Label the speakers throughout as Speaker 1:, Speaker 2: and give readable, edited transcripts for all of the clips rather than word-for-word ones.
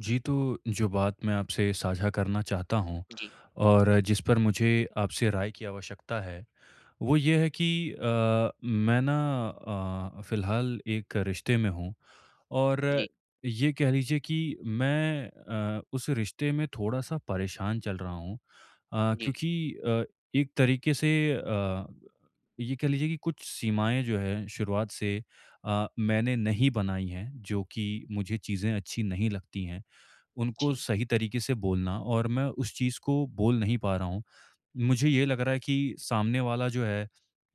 Speaker 1: जी, तो जो बात मैं आपसे साझा करना चाहता हूँ
Speaker 2: जी,
Speaker 1: और जिस पर मुझे आपसे राय की आवश्यकता है, वो ये है कि मैं ना फ़िलहाल एक रिश्ते में हूँ और
Speaker 2: जी,
Speaker 1: ये कह लीजिए कि मैं उस रिश्ते में थोड़ा-सा परेशान चल रहा हूँ
Speaker 2: जी,
Speaker 1: क्योंकि एक तरीके से ये कह लीजिए कि कुछ सीमाएँ जो हैं शुरुआत से मैंने नहीं बनाई हैं, जो कि मुझे चीज़ें अच्छी नहीं लगती हैं। उनको
Speaker 2: जी,
Speaker 1: सही तरीके से बोलना और मैं उस चीज़ को बोल नहीं पा रहा हूँ। मुझे ये लग रहा है कि सामने वाला जो है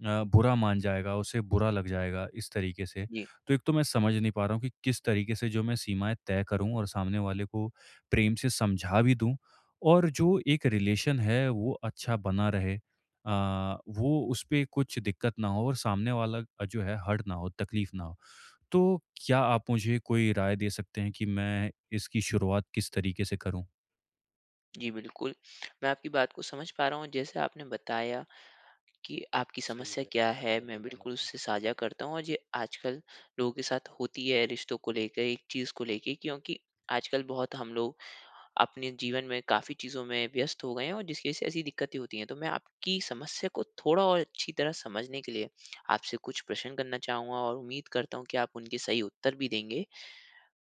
Speaker 1: बुरा मान जाएगा, उसे बुरा लग जाएगा इस तरीके से।
Speaker 2: जी,
Speaker 1: तो एक तो मैं समझ नहीं पा रहा हूँ कि किस तरीके से जो मैं सीमाएँ तय करूँ और सामने वाले को प्रेम से समझा भी दूँ और जो एक रिलेशन है वो अच्छा बना रहे। वो उसपे कुछ दिक्कत ना हो और सामने वाला जो है हर्ट ना हो, तकलीफ़ ना हो। तो क्या आप मुझे कोई राय दे सकते हैं कि मैं इसकी शुरुआत किस तरीके से करूँ?
Speaker 2: जी, बिल्कुल। मैं आपकी बात को समझ पा रहा हूँ, जैसे आपने बताया कि आपकी
Speaker 1: सही हो
Speaker 2: समस्या
Speaker 1: गया,
Speaker 2: क्या है।
Speaker 1: करने लग
Speaker 2: मैं
Speaker 1: गया काम
Speaker 2: बिल्कुल
Speaker 1: आपका।
Speaker 2: उससे साझा करता हूँ, और ये आजकल लोगों के साथ होती है, रिश्तों को लेके, एक चीज़ को लेके, क्योंकि आजकल बहुत हम लोग अपने जीवन में काफ़ी चीज़ों में व्यस्त हो गए हैं और जिसकी वज़ह से ऐसी दिक्कतें होती हैं। तो मैं आपकी समस्या को थोड़ा और अच्छी तरह समझने के लिए आपसे कुछ प्रश्न करना चाहूँगा और उम्मीद करता हूँ कि आप उनके सही उत्तर भी देंगे।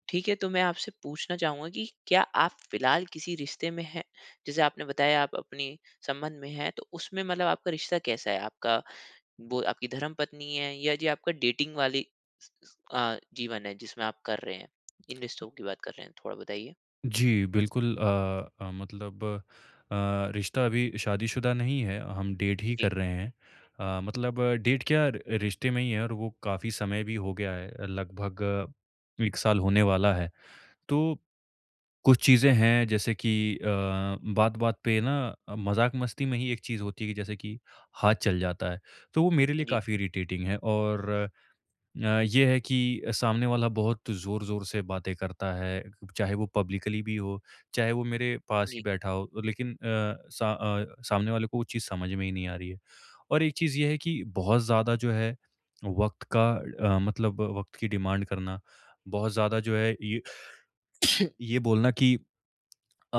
Speaker 2: ठीक है, तो मैं आपसे पूछना चाहूँगा कि क्या आप फ़िलहाल किसी रिश्ते में हैं? जैसे आपने बताया आप अपने संबंध में हैं, तो उसमें मतलब आपका रिश्ता कैसा है? आपका, वो आपकी धर्मपत्नी है या ये आपका डेटिंग वाली स स अ, जीवन है जिसमें आप कर रहे हैं? इन रिश्तों की बात कर रहे हैं, थोड़ा बताइए?
Speaker 1: जी, बिल्कुल मतलब रिश्ता अभी शादीशुदा नहीं है, हम डेट ही
Speaker 2: जी,
Speaker 1: कर रहे हैं। मतलब डेट क्या र रिश्ते में ही है और वो काफ़ी समय भी हो गया है, लगभग 1 साल होने वाला है। तो कुछ चीज़ें हैं जैसे कि बात-बात पे ना मज़ाक-मस्ती में ही एक चीज़ होती है कि जैसे कि हाथ चल जाता है, तो वो मेरे लिए
Speaker 2: जी,
Speaker 1: काफ़ी इरिटेटिंग है और ये है कि सामने वाला बहुत ज़ोर-ज़ोर से बातें करता है, चाहे वो पब्लिकली भी हो, चाहे वो मेरे पास ही
Speaker 2: जी,
Speaker 1: बैठा हो, लेकिन सामने वाले को वो चीज़ समझ में ही नहीं आ रही है। और एक चीज़ ये है कि बहुत ज़्यादा जो है वक़्त का मतलब वक़्त की डिमांड करना, बहुत ज़्यादा जो है ये ये बोलना कि अ,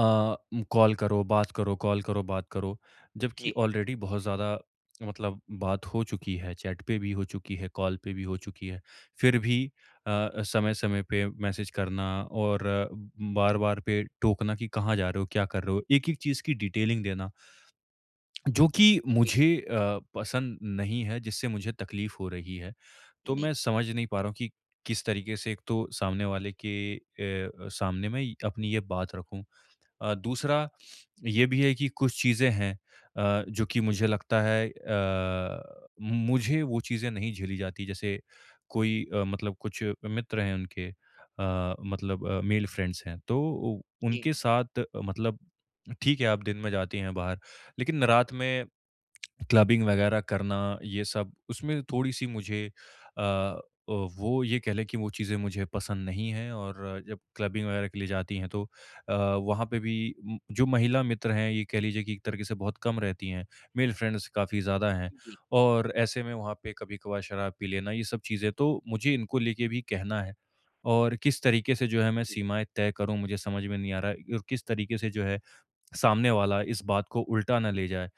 Speaker 1: कॉल करो, बात करो, कॉल करो, बात करो। जबकि
Speaker 2: जी,
Speaker 1: ऑलरेडी बहुत ज़्यादा मतलब बात हो चुकी है, चैट पे भी हो चुकी है, कॉल पे भी हो चुकी है। फिर भी समय-समय पे मैसेज करना और बार-बार पे टोकना कि कहाँ जा रहे हो, क्या कर रहे हो, एक-एक चीज़ की डिटेलिंग देना, जो कि
Speaker 2: जी,
Speaker 1: मुझे पसंद नहीं है, जिससे मुझे तकलीफ़ हो रही है। तो
Speaker 2: जी,
Speaker 1: मैं समझ नहीं पा रहा हूँ कि किस तरीके से एक तो सामने वाले के सामने मैं अपनी ये बात रखूँ। दूसरा ये भी है कि कुछ चीज़ें हैं जो कि
Speaker 2: जी,
Speaker 1: मुझे लगता है मुझे वो चीज़ें नहीं झेली जाती जैसे कोई मतलब कुछ मित्र हैं उनके मतलब मेल फ्रेंड्स हैं तो
Speaker 2: जी,
Speaker 1: उनके साथ मतलब ठीक है आप दिन में जाती हैं बाहर लेकिन रात में क्लबिंग वगैरह करना ये सब उसमें थोड़ी-सी मुझे अ वो ये कह लें कि वो चीज़ें मुझे पसंद नहीं हैं और जब क्लबिंग वगैरह के लिए जाती हैं तो वहाँ पे भी जो महिला मित्र हैं ये कह लीजिए कि एक तरीके से बहुत कम रहती हैं, मेल फ्रेंड्स काफ़ी ज़्यादा हैं
Speaker 2: जी, जी,
Speaker 1: और ऐसे में वहाँ पे कभी-कभार शराब पी लेना ये सब चीज़ें तो मुझे इनको लेके भी कहना है और किस तरीके से जो है मैं
Speaker 2: जी,
Speaker 1: सीमाएँ तय करूँ मुझे समझ में नहीं आ रहा है और किस तरीके से जो है सामने वाला इस बात को उल्टा ना ले जाए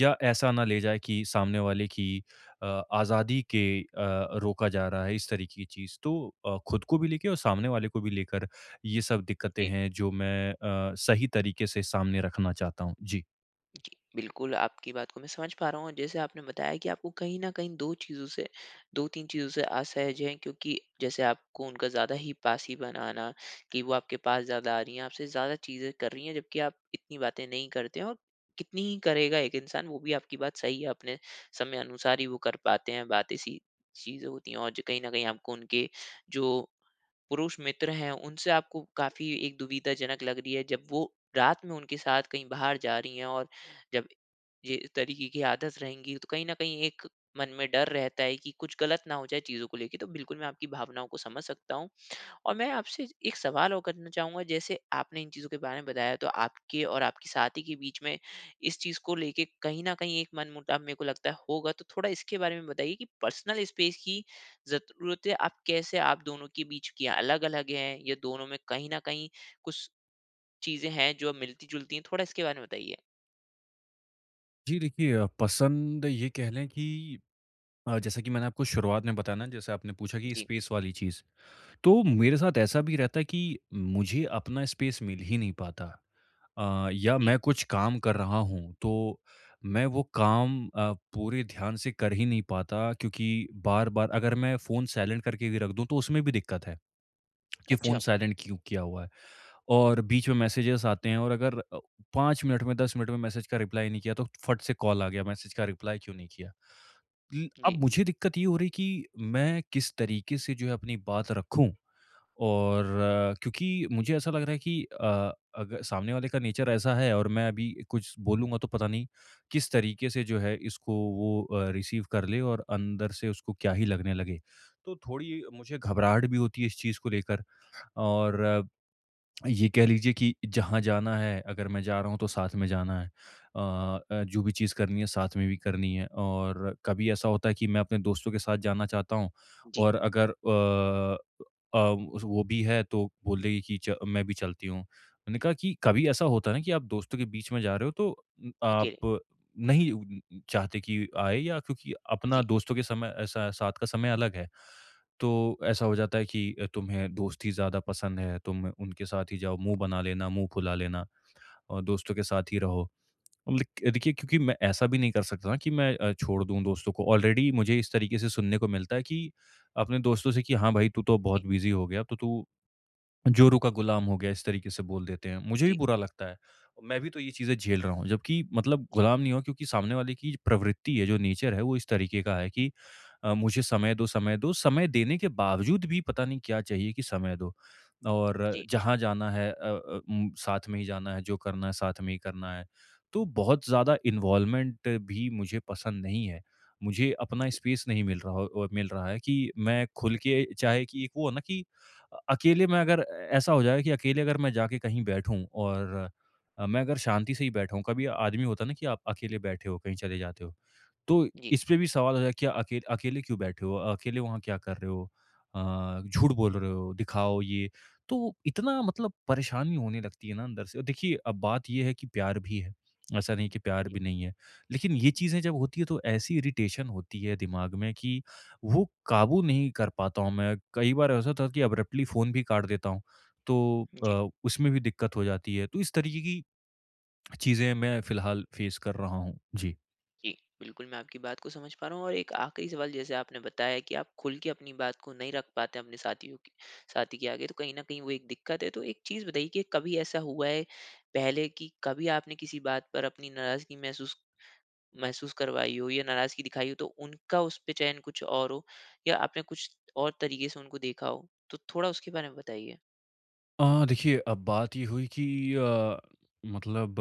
Speaker 1: या ऐसा ना ले जाए कि सामने वाले की अ, आज़ादी के रोका जा रहा है इस तरीके की चीज़। तो खुद को भी लेके और सामने वाले को भी लेकर ये सब दिक्कतें
Speaker 2: जी।
Speaker 1: हैं जो मैं सही तरीके से सामने रखना चाहता हूँ। जी।
Speaker 2: जी, बिल्कुल आपकी बात को मैं समझ पा रहा हूँ। जैसे आपने बताया कि आपको कहीं न कहीं 2 चीज़ों से, 2-3 चीज़ों से असहज हैं, क्योंकि जैसे आपको उनका ज़्यादा ही पास ही बनाना, कि वो आपके पास ज़्यादा आ रही हैं, आपसे ज़्यादा चीज़ें कर रही हैं जबकि आप इतनी बातें नहीं करते हैं, और कितनी ही करेगा एक इंसान, वो भी आपकी बात सही है, अपने समय अनुसार ही वो कर पाते हैं, बातें सी चीज़ें होती हैं, और जो कहीं न कहीं आपको उनके जो पुरुष मित्र हैं, उनसे आपको काफ़ी एक दुविधाजनक लग रही है, जब वो रात में उनके साथ कहीं बाहर जा रही हैं, और जब ये इस तरीके की आदत रहेंगी, तो कहीं न कहीं एक मन में डर रहता है कि कुछ गलत ना हो जाए चीज़ों को लेके। तो बिल्कुल, मैं आपकी भावनाओं को समझ सकता हूँ, और मैं आपसे एक सवाल और करना चाहूँगा। जैसे आपने इन चीज़ों के बारे में बताया, तो आपके और आपकी साथी के बीच में इस चीज़ को लेके कहीं न कहीं एक मनमुटाव मेरे को लगता है होगा। तो थोड़ा इसके बारे में बताइए कि पर्सनल स्पेस की ज़रूरतें आप कैसे, आप दोनों के बीच की अलग-अलग हैं, या दोनों में कहीं न कहीं कुछ चीज़ें हैं जो मिलती-जुलती हैं? थोड़ा इसके बारे में बताइए।
Speaker 1: जी देखिए पसंद ये कह लें कि जैसा कि मैंने आपको शुरुआत में बताया ना जैसे आपने पूछा कि
Speaker 2: जी,
Speaker 1: स्पेस वाली चीज़। तो मेरे साथ ऐसा भी रहता है कि मुझे अपना स्पेस मिल ही नहीं पाता या
Speaker 2: जी।
Speaker 1: मैं कुछ काम कर रहा हूँ तो मैं वो काम पूरे ध्यान से कर ही नहीं पाता क्योंकि बार बार अगर मैं फ़ोन साइलेंट करके भी रख दूँ तो उसमें भी दिक्कत है कि फ़ोन
Speaker 2: अच्छा।
Speaker 1: साइलेंट क्यों किया हुआ है और बीच में मैसेजेस आते हैं और अगर 5 मिनट में 10 मिनट में मैसेज का रिप्लाई नहीं किया तो फट से कॉल आ गया मैसेज का रिप्लाई क्यों नहीं किया
Speaker 2: जी,
Speaker 1: अब मुझे दिक्कत ये हो रही कि मैं किस तरीके से जो है अपनी बात रखूं और क्योंकि मुझे ऐसा लग रहा है कि अगर सामने वाले का नेचर ऐसा है और मैं अभी कुछ बोलूँगा तो पता नहीं किस तरीके से जो है इसको वो रिसीव कर ले और अंदर से उसको क्या ही लगने लगे। तो थोड़ी मुझे घबराहट भी होती है इस चीज़ को लेकर और ये कह लीजिए कि जहाँ जाना है अगर मैं जा रहा हूँ तो साथ में जाना है। अ जो भी चीज़ करनी है साथ में भी करनी है और कभी ऐसा होता है कि मैं अपने दोस्तों के साथ जाना चाहता हूँ
Speaker 2: जी।
Speaker 1: और अगर अ, उस वो भी है तो बोल देगी कि च मैं भी चलती हूँ। मैंने कहा कि कभी ऐसा होता है ना कि आप दोस्तों के बीच में जा रहे हो तो
Speaker 2: अकेले।
Speaker 1: आप नहीं चाहते कि आए या क्योंकि अपना
Speaker 2: जी,
Speaker 1: दोस्तों के समय ऐसा साथ का समय अलग है। तो ऐसा हो जाता है कि तुम्हें दोस्ती ज़्यादा पसंद है, तुम उनके साथ ही जाओ, मुँह बना लेना, मुँह फुला लेना और दोस्तों के साथ ही रहो। अब लिक देखिए क्योंकि मैं ऐसा भी नहीं कर सकता ना कि मैं छोड़ दूँ दोस्तों को। ऑलरेडी मुझे इस तरीके से सुनने को मिलता है कि अपने दोस्तों से कि हाँ भाई, तू तो
Speaker 2: जी,
Speaker 1: बहुत बिज़ी हो गया, तो तू जोरू का गुलाम हो गया इस तरीके से बोल देते हैं। मुझे भी
Speaker 2: जी,
Speaker 1: बुरा लगता है। मैं भी तो ये चीज़ें झेल रहा हूँ जबकि मतलब
Speaker 2: जी,
Speaker 1: गुलाम नहीं हुआ क्योंकि सामने वाले की प्रवृत्ति है जो नेचर है वो इस तरीके का है कि मुझे समय दो, समय दो, समय देने के बावजूद भी पता नहीं क्या चाहिए कि समय दो। और
Speaker 2: जी,
Speaker 1: जहाँ जाना है साथ में ही जाना है, जो करना है साथ में ही करना है। तो बहुत ज़्यादा इन्वॉल्वमेंट भी मुझे पसंद नहीं है। मुझे अपना स्पेस नहीं मिल रहा हो मिल रहा है कि मैं खुल के चाहे कि एक वो हो ना कि अकेले में अगर ऐसा हो जाए कि अकेले अगर मैं जाके कहीं बैठूँ और मैं अगर शांति से ही बैठा हूँ, कभी आदमी होता है ना कि आप अकेले बैठे हो, कहीं चले जाते हो, तो
Speaker 2: जी,
Speaker 1: इस पे भी सवाल हो जाए क्या अकेले क्यों बैठे हो? अकेले वहाँ क्या कर रहे हो? अ, झूठ बोल रहे हो, दिखाओ ये। तो इतना मतलब परेशानी होने लगती है ना अंदर से और देखिए अब बात ये है कि प्यार भी है, ऐसा नहीं कि प्यार
Speaker 2: जी, जी,
Speaker 1: भी नहीं है। लेकिन ये चीज़ें जब होती है तो ऐसी इरिटेशन होती है दिमाग में कि वो काबू नहीं कर पाता हूँ मैं। कई बार ऐसा था कि अब्रप्टली फ़ोन भी काट देता हूँ, तो
Speaker 2: जी।
Speaker 1: उसमें भी दिक्कत हो जाती है। तो इस तरीके की चीज़ें मैं फ़िलहाल फ़ेस कर रहा हूँ। जी।
Speaker 2: जी, बिल्कुल मैं आपकी बात को समझ पा रहा हूँ, और एक आखिरी सवाल। जैसे आपने बताया कि आप खुल के अपनी बात को नहीं रख पाते हैं अपने साथियों के, साथी के आगे, तो कहीं न कहीं वो एक दिक्कत है। तो एक चीज़ बताइए कि कभी ऐसा हुआ है पहले, कि कभी आपने किसी बात पर अपनी नाराज़गी महसूस महसूस करवाई हो या नाराज़गी दिखाई हो, तो उनका उस पे चयन कुछ और हो, या आपने कुछ और तरीके से उनको देखा हो? तो थोड़ा उसके बारे में बताइए?
Speaker 1: देखिए अब बात ये हुई कि अ, मतलब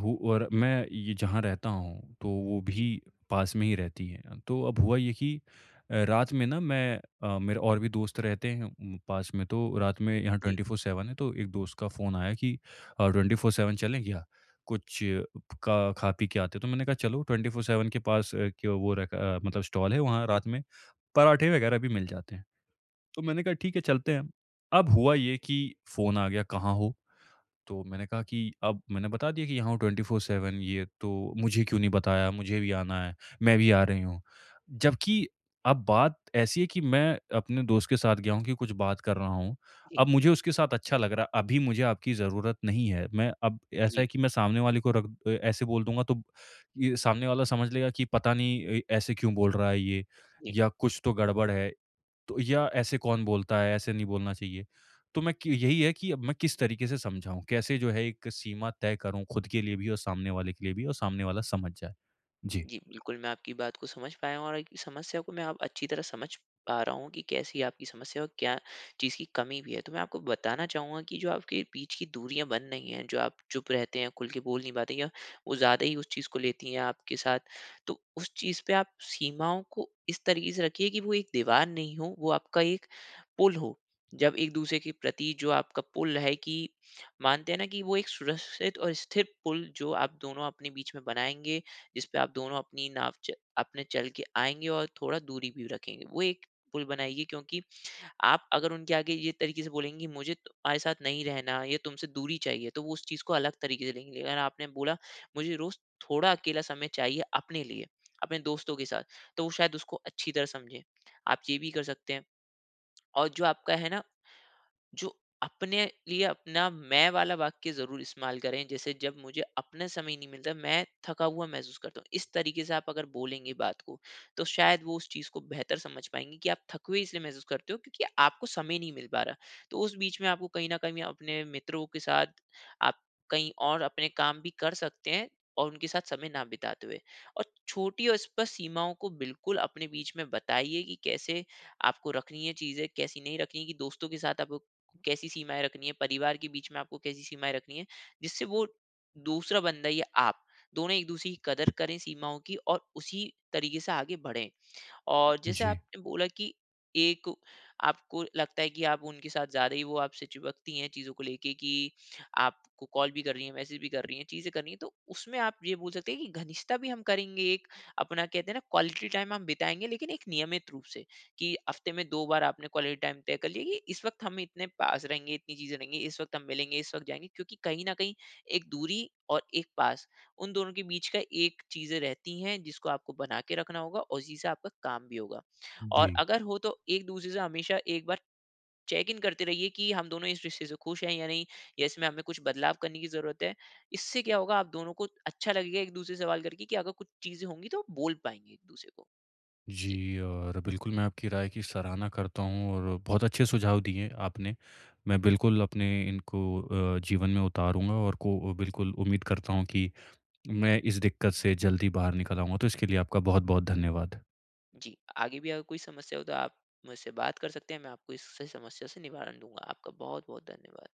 Speaker 1: हूँ और मैं ये जहाँ रहता हूँ तो वो
Speaker 2: जी,
Speaker 1: भी पास में ही रहती है। तो अब हुआ ये कि रात में ना मैं मेरे और भी दोस्त रहते हैं पास में तो रात में यहाँ
Speaker 2: जी,
Speaker 1: 24/7 है तो एक दोस्त का फ़ोन आया कि 24/7 चलें क्या? कुछ का खा पी के आते हैं। तो मैंने कहा चलो 24/7 के पास के वो रखा मतलब स्टॉल है वहाँ
Speaker 2: जी,
Speaker 1: रात में पराठे वग़ैरह भी मिल जाते हैं। तो मैंने कहा ठीक है चलते हैं। अब हुआ ये कि फ़ोन आ गया कहाँ हो? तो मैंने कहा कि अब मैंने बता दिया कि यहाँ हूँ 24/7 ये तो मुझे क्यों नहीं बताया? मुझे भी आना है, मैं भी आ रही हूँ। जबकि अब बात ऐसी है कि मैं अपने दोस्त के साथ गया हूँ कि कुछ बात कर रहा हूँ।
Speaker 2: जी,
Speaker 1: अब मुझे उसके साथ अच्छा लग रहा है, अभी मुझे आपकी ज़रूरत नहीं है। मैं अब ऐसा
Speaker 2: जी,
Speaker 1: है कि मैं सामने वाले को रख ऐसे बोल दूँगा तो ये सामने वाला समझ लेगा कि पता नहीं ए ऐसे क्यों बोल रहा है ये
Speaker 2: जी।
Speaker 1: या कुछ तो गड़बड़ है। तो या ऐसे कौन बोलता है, ऐसे नहीं बोलना चाहिए। तो मैं कि यही है कि अब मैं किस तरीके से समझाऊँ? कैसे जो है एक सीमा तय करूँ खुद के लिए भी और सामने वाले के लिए भी और सामने वाला समझ जाए? जी।
Speaker 2: जी, बिल्कुल मैं आपकी बात को समझ पाया हूँ, और आपकी समस्या को मैं अब अच्छी तरह समझ पा रहा हूँ कि कैसी आपकी समस्या और क्या चीज़ की कमी भी है। तो मैं आपको बताना चाहूँगा कि जो आपके बीच की दूरियाँ बन रही हैं, जो आप चुप रहते हैं, खुल के बोल नहीं पाते, या वो ज़्यादा ही उस चीज़ को लेती हैं आपके साथ, तो उस चीज़ पे आप सीमाओं को इस तरीके से रखिए कि वो एक दीवार नहीं हो, वो आपका एक पुल हो। जब एक-दूसरे के प्रति जो आपका पुल है, कि मानते हैं ना कि वो एक सुरक्षित और स्थिर पुल जो आप दोनों अपने बीच में बनाएँगे, जिस पे आप दोनों अपनी नाव च अपने चल के आएँगे और थोड़ा दूरी भी रखेंगे। वो एक पुल बनाइए, क्योंकि आप अगर उनके आगे ये तरीके से बोलेंगे कि मुझे तुम्हारे साथ नहीं रहना, ये तुमसे दूरी चाहिए, तो वो उस चीज़ को अलग तरीके से लेंगे। अगर आपने बोला, मुझे रोज़ थोड़ा अकेला समय चाहिए अपने लिए, अपने दोस्तों के साथ, तो वो शायद उसको अच्छी तरह समझें। आप ये भी कर सकते हैं, और जो आपका है ना, जो अपने लिए, अपना मैं वाला वाक्य जरूर इस्तेमाल करें, जैसे, जब मुझे अपना समय नहीं मिलता मैं थका हुआ महसूस करता हूँ, इस तरीके से आप अगर बोलेंगे बात को, तो शायद वो उस चीज़ को बेहतर समझ पाएंगे कि आप थके हुए इसलिए महसूस करते हो क्योंकि आपको समय नहीं मिल पा रहा। तो उस बीच में आपको कहीं ना कहीं अपने मित्रों के साथ, आप कहीं और अपने काम भी कर सकते हैं, और उनके साथ समय ना बिताते हुए, और छोटी और स्पष्ट सीमाओं को बिल्कुल अपने बीच में बताइए कि कैसे आपको रखनी है चीजें, कैसी नहीं रखनी है, कि दोस्तों के साथ आपको कैसी सीमाएं रखनी है, परिवार के बीच में आपको कैसी सीमाएं रखनी है, जिससे वो दूसरा बंदा, या आप दोनों एक दूसरे की कदर करें सीमाओं की, और उसी तरीके से आगे बढ़ें। और जैसे
Speaker 1: जी,
Speaker 2: आपने बोला कि एक आपको लगता है कि आप उनके साथ ज़्यादा ही, वो आपसे चिपकती हैं चीज़ों को लेके, कि आपको कॉल भी कर रही हैं, मैसेज भी कर रही हैं, चीज़ें कर रही हैं, तो उसमें आप ये बोल सकते हैं कि घनिष्ठता भी हम करेंगे, एक अपना कहते हैं ना, क्वालिटी टाइम हम बिताएँगे, लेकिन एक नियमित रूप से, कि हफ्ते में 2 बार आपने क्वालिटी टाइम तय कर लिया कि इस वक्त हम इतने पास रहेंगे, इतनी चीज़ें रहेंगी, इस वक्त हम मिलेंगे, इस वक्त जाएँगे, क्योंकि कहीं न कहीं एक दूरी और एक पास, उन दोनों के बीच का एक चीज़ें रहती हैं जिसको आपको बना के रखना होगा, और उसी से आपका काम भी होगा।
Speaker 1: जी।
Speaker 2: और अगर हो तो एक दूसरे से हमेशा एक बार चेक-इन करते रहिए कि हम दोनों इस रिश्ते से खुश हैं या नहीं, या इसमें हमें कुछ बदलाव करने की ज़रूरत है। इससे क्या होगा, आप दोनों को अच्छा लगेगा एक दूसरे से सवाल करके, कि अगर कुछ चीज़ें होंगी तो बोल पाएँगे एक दूसरे को। जी,
Speaker 1: जी, और बिल्कुल मैं आपकी राय की सराहना करता हूँ और बहुत अच्छे सुझाव दिए आपने। मैं बिल्कुल अपने इनको जीवन में उतारूँगा और को बिल्कुल उम्मीद करता हूँ कि मैं इस दिक्कत से जल्दी बाहर निकल आऊँगा। तो इसके लिए आपका बहुत-बहुत धन्यवाद।
Speaker 2: जी। आगे भी अगर कोई समस्या हो तो आप मुझसे बात कर सकते हैं। मैं आपको इस समस्या से निवारण दूँगा। आपका बहुत-बहुत धन्यवाद।